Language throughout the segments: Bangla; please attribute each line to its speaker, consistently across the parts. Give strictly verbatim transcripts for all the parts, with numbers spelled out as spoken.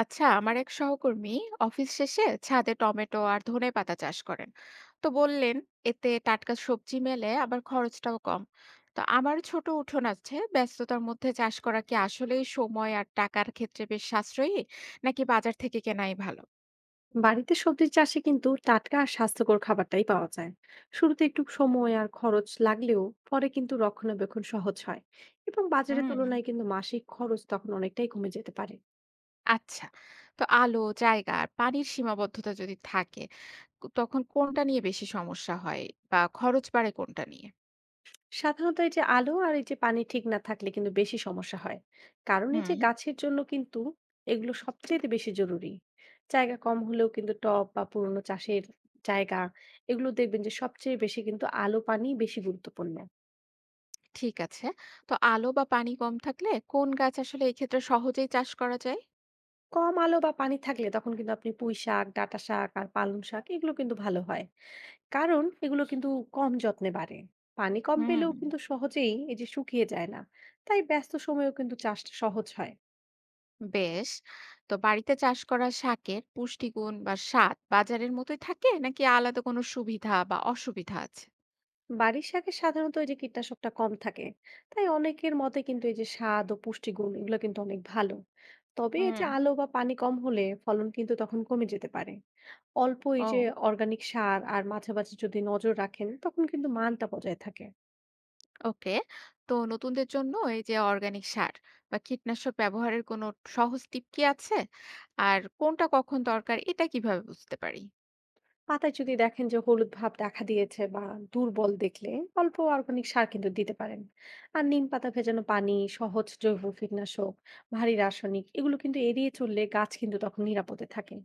Speaker 1: আচ্ছা আমার এক সহকর্মী অফিস শেষে ছাদে টমেটো আর ধনেপাতা চাষ করেন, তো বললেন এতে টাটকা সবজি মেলে আবার খরচটাও কম। তো আমার ছোট উঠোন আছে, ব্যস্ততার মধ্যে চাষ করা কি আসলেই সময় আর টাকার ক্ষেত্রে বেশ সাশ্রয়ী, নাকি বাজার থেকে কেনাই ভালো?
Speaker 2: বাড়িতে সবজি চাষে কিন্তু টাটকা আর স্বাস্থ্যকর খাবারটাই পাওয়া যায়। শুরুতে একটু সময় আর খরচ লাগলেও পরে কিন্তু রক্ষণাবেক্ষণ সহজ হয় এবং বাজারের
Speaker 1: হুম,
Speaker 2: তুলনায় কিন্তু মাসিক খরচ তখন অনেকটাই কমে যেতে পারে।
Speaker 1: আচ্ছা। তো আলো, জায়গা আর পানির সীমাবদ্ধতা যদি থাকে, তখন কোনটা নিয়ে বেশি সমস্যা হয় বা খরচ বাড়ে কোনটা নিয়ে?
Speaker 2: সাধারণত এই যে আলো আর এই যে পানি ঠিক না থাকলে কিন্তু বেশি সমস্যা হয়। কারণ এই যে
Speaker 1: হুম।
Speaker 2: গাছের জন্য কিন্তু এগুলো সবচেয়ে বেশি জরুরি। জায়গা কম হলেও কিন্তু টব বা পুরনো চাষের জায়গা, এগুলো দেখবেন যে সবচেয়ে বেশি কিন্তু আলো পানি বেশি গুরুত্বপূর্ণ।
Speaker 1: ঠিক আছে। তো আলো বা পানি কম থাকলে কোন গাছ আসলে এক্ষেত্রে সহজেই চাষ করা যায়?
Speaker 2: কম আলো বা পানি থাকলে তখন কিন্তু আপনি পুঁই শাক, ডাঁটা শাক আর পালং শাক, এগুলো কিন্তু ভালো হয়। কারণ এগুলো কিন্তু কম যত্নে বাড়ে। পানি কম
Speaker 1: হুম।
Speaker 2: পেলেও কিন্তু সহজেই এই যে শুকিয়ে যায় না। তাই ব্যস্ত সময়েও কিন্তু চাষটা সহজ হয়।
Speaker 1: বেশ। তো বাড়িতে চাষ করা শাকের পুষ্টিগুণ বা স্বাদ বাজারের মতোই থাকে নাকি আলাদা কোনো সুবিধা বা অসুবিধা আছে?
Speaker 2: বাড়ির শাকে সাধারণত এই যে কীটনাশকটা কম থাকে। তাই অনেকের মতে কিন্তু এই যে স্বাদ ও পুষ্টিগুণ, এগুলো কিন্তু অনেক ভালো। তবে এই যে
Speaker 1: হুম।
Speaker 2: আলো বা পানি কম হলে ফলন কিন্তু তখন কমে যেতে পারে। অল্প এই
Speaker 1: ও।
Speaker 2: যে অর্গানিক সার আর মাঝে মাঝে যদি নজর রাখেন তখন কিন্তু মানটা বজায় থাকে।
Speaker 1: ওকে। তো নতুনদের জন্য এই যে অর্গানিক সার বা কীটনাশক ব্যবহারের কোনো সহজ টিপ কি আছে? আর কোনটা কখন দরকার এটা কিভাবে বুঝতে পারি?
Speaker 2: পাতায় যদি দেখেন যে হলুদ ভাব দেখা দিয়েছে বা দুর্বল দেখলে অল্প অর্গানিক সার কিন্তু দিতে পারেন। আর নিম পাতা ভেজানো পানি সহজ জৈব কীটনাশক। ভারী রাসায়নিক এগুলো কিন্তু এড়িয়ে চললে গাছ কিন্তু তখন নিরাপদে থাকে।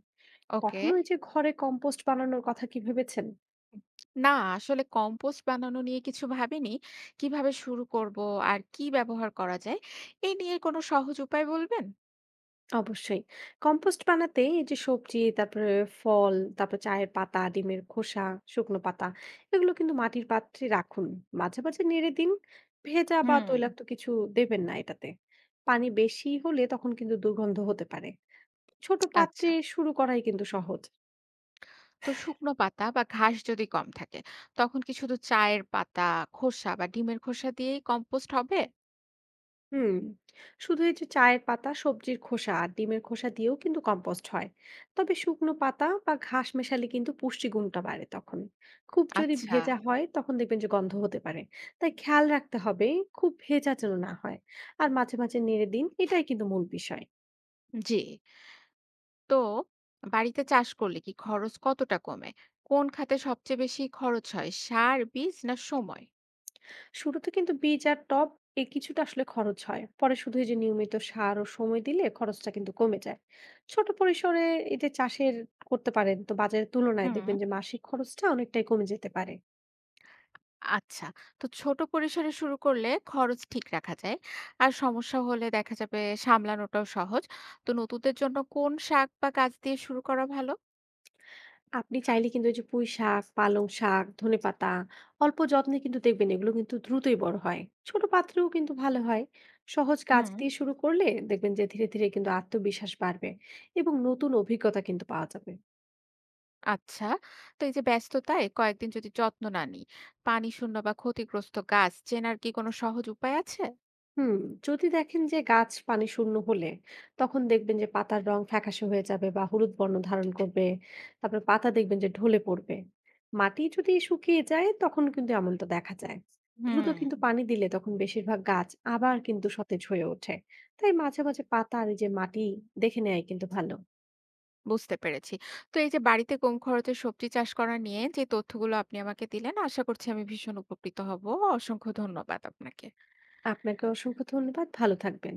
Speaker 1: ওকে।
Speaker 2: কখনো এই যে ঘরে কম্পোস্ট বানানোর কথা কি ভেবেছেন?
Speaker 1: না, আসলে কম্পোস্ট বানানো নিয়ে কিছু ভাবিনি। কিভাবে শুরু করব আর কি ব্যবহার করা যায় এ নিয়ে কোনো সহজ উপায় বলবেন?
Speaker 2: অবশ্যই। কম্পোস্ট বানাতে এই যে সবজি, তারপরে ফল, তারপর চায়ের পাতা, ডিমের খোসা, শুকনো পাতা, এগুলো কিন্তু মাটির পাত্রে রাখুন। মাঝে মাঝে নেড়ে দিন। ভেজা বা
Speaker 1: হুম।
Speaker 2: তৈলাক্ত কিছু দেবেন না এটাতে। পানি বেশি হলে তখন কিন্তু দুর্গন্ধ হতে পারে। ছোট পাত্রে
Speaker 1: আচ্ছা।
Speaker 2: শুরু করাই কিন্তু সহজ।
Speaker 1: তো শুকনো পাতা বা ঘাস যদি কম থাকে, তখন কি শুধু চায়ের পাতা, খোসা বা ডিমের খোসা দিয়েই কম্পোস্ট হবে?
Speaker 2: হুম। শুধু এই যে চায়ের পাতা, সবজির খোসা আর ডিমের খোসা দিয়েও কিন্তু কম্পোস্ট হয়। তবে শুকনো পাতা বা ঘাস মেশালে কিন্তু পুষ্টিগুণটা বাড়ে তখন। খুব যদি
Speaker 1: আচ্ছা,
Speaker 2: ভেজা হয় তখন দেখবেন যে গন্ধ হতে পারে। তাই খেয়াল রাখতে হবে খুব ভেজা যেন না হয়। আর মাঝে মাঝে নেড়ে দিন, এটাই কিন্তু মূল বিষয়।
Speaker 1: জি। তো বাড়িতে চাষ করলে কি খরচ কতটা কমে? কোন খাতে সবচেয়ে বেশি খরচ হয়? সার, বীজ না সময়?
Speaker 2: শুরুতে কিন্তু বীজ আর টব, এ কিছুটা আসলে খরচ হয়। পরে শুধু এই যে নিয়মিত সার ও সময় দিলে খরচটা কিন্তু কমে যায়। ছোট পরিসরে এতে চাষের করতে পারেন, তো বাজারের তুলনায়
Speaker 1: হুম।
Speaker 2: দেখবেন যে মাসিক খরচটা অনেকটাই কমে যেতে পারে।
Speaker 1: আচ্ছা। তো ছোট পরিসরে শুরু করলে খরচ ঠিক রাখা যায়। আর সমস্যা হলে দেখা যাবে সামলানোটাও সহজ। তো নতুনদের জন্য কোন শাক বা গাছ দিয়ে শুরু করা ভালো?
Speaker 2: আপনি চাইলে কিন্তু এই যে পুঁই শাক, পালং শাক, ধনেপাতা, অল্প যত্নে কিন্তু দেখবেন এগুলো কিন্তু দ্রুতই বড় হয়। ছোট পাত্রেও কিন্তু ভালো হয়। সহজ কাজ
Speaker 1: হুম।
Speaker 2: দিয়ে শুরু করলে দেখবেন যে ধীরে ধীরে কিন্তু আত্মবিশ্বাস বাড়বে এবং নতুন অভিজ্ঞতা কিন্তু পাওয়া যাবে।
Speaker 1: আচ্ছা। তো এই যে ব্যস্ততায় কয়েকদিন যদি যত্ন না নিই, পানি শূন্য বা ক্ষতিগ্রস্ত গাছ চেনার কি কোনো সহজ উপায় আছে?
Speaker 2: হুম। যদি দেখেন যে গাছ পানি শূন্য হলে, তখন দেখবেন যে পাতার রং ফ্যাকাশে হয়ে যাবে বা হলুদ বর্ণ ধারণ করবে। তারপরে পাতা দেখবেন যে ঢলে পড়বে। মাটি যদি শুকিয়ে যায় তখন কিন্তু এমনটা দেখা যায়। দ্রুত
Speaker 1: হুম।
Speaker 2: কিন্তু পানি দিলে তখন বেশিরভাগ গাছ আবার কিন্তু সতেজ হয়ে ওঠে। তাই মাঝে মাঝে পাতা আর এই যে মাটি দেখে নেয় কিন্তু ভালো।
Speaker 1: বুঝতে পেরেছি। তো এই যে বাড়িতে কম খরচে সবজি চাষ করা নিয়ে যে তথ্যগুলো আপনি আমাকে দিলেন, আশা করছি আমি ভীষণ উপকৃত হব। অসংখ্য ধন্যবাদ আপনাকে।
Speaker 2: আপনাকে অসংখ্য ধন্যবাদ, ভালো থাকবেন।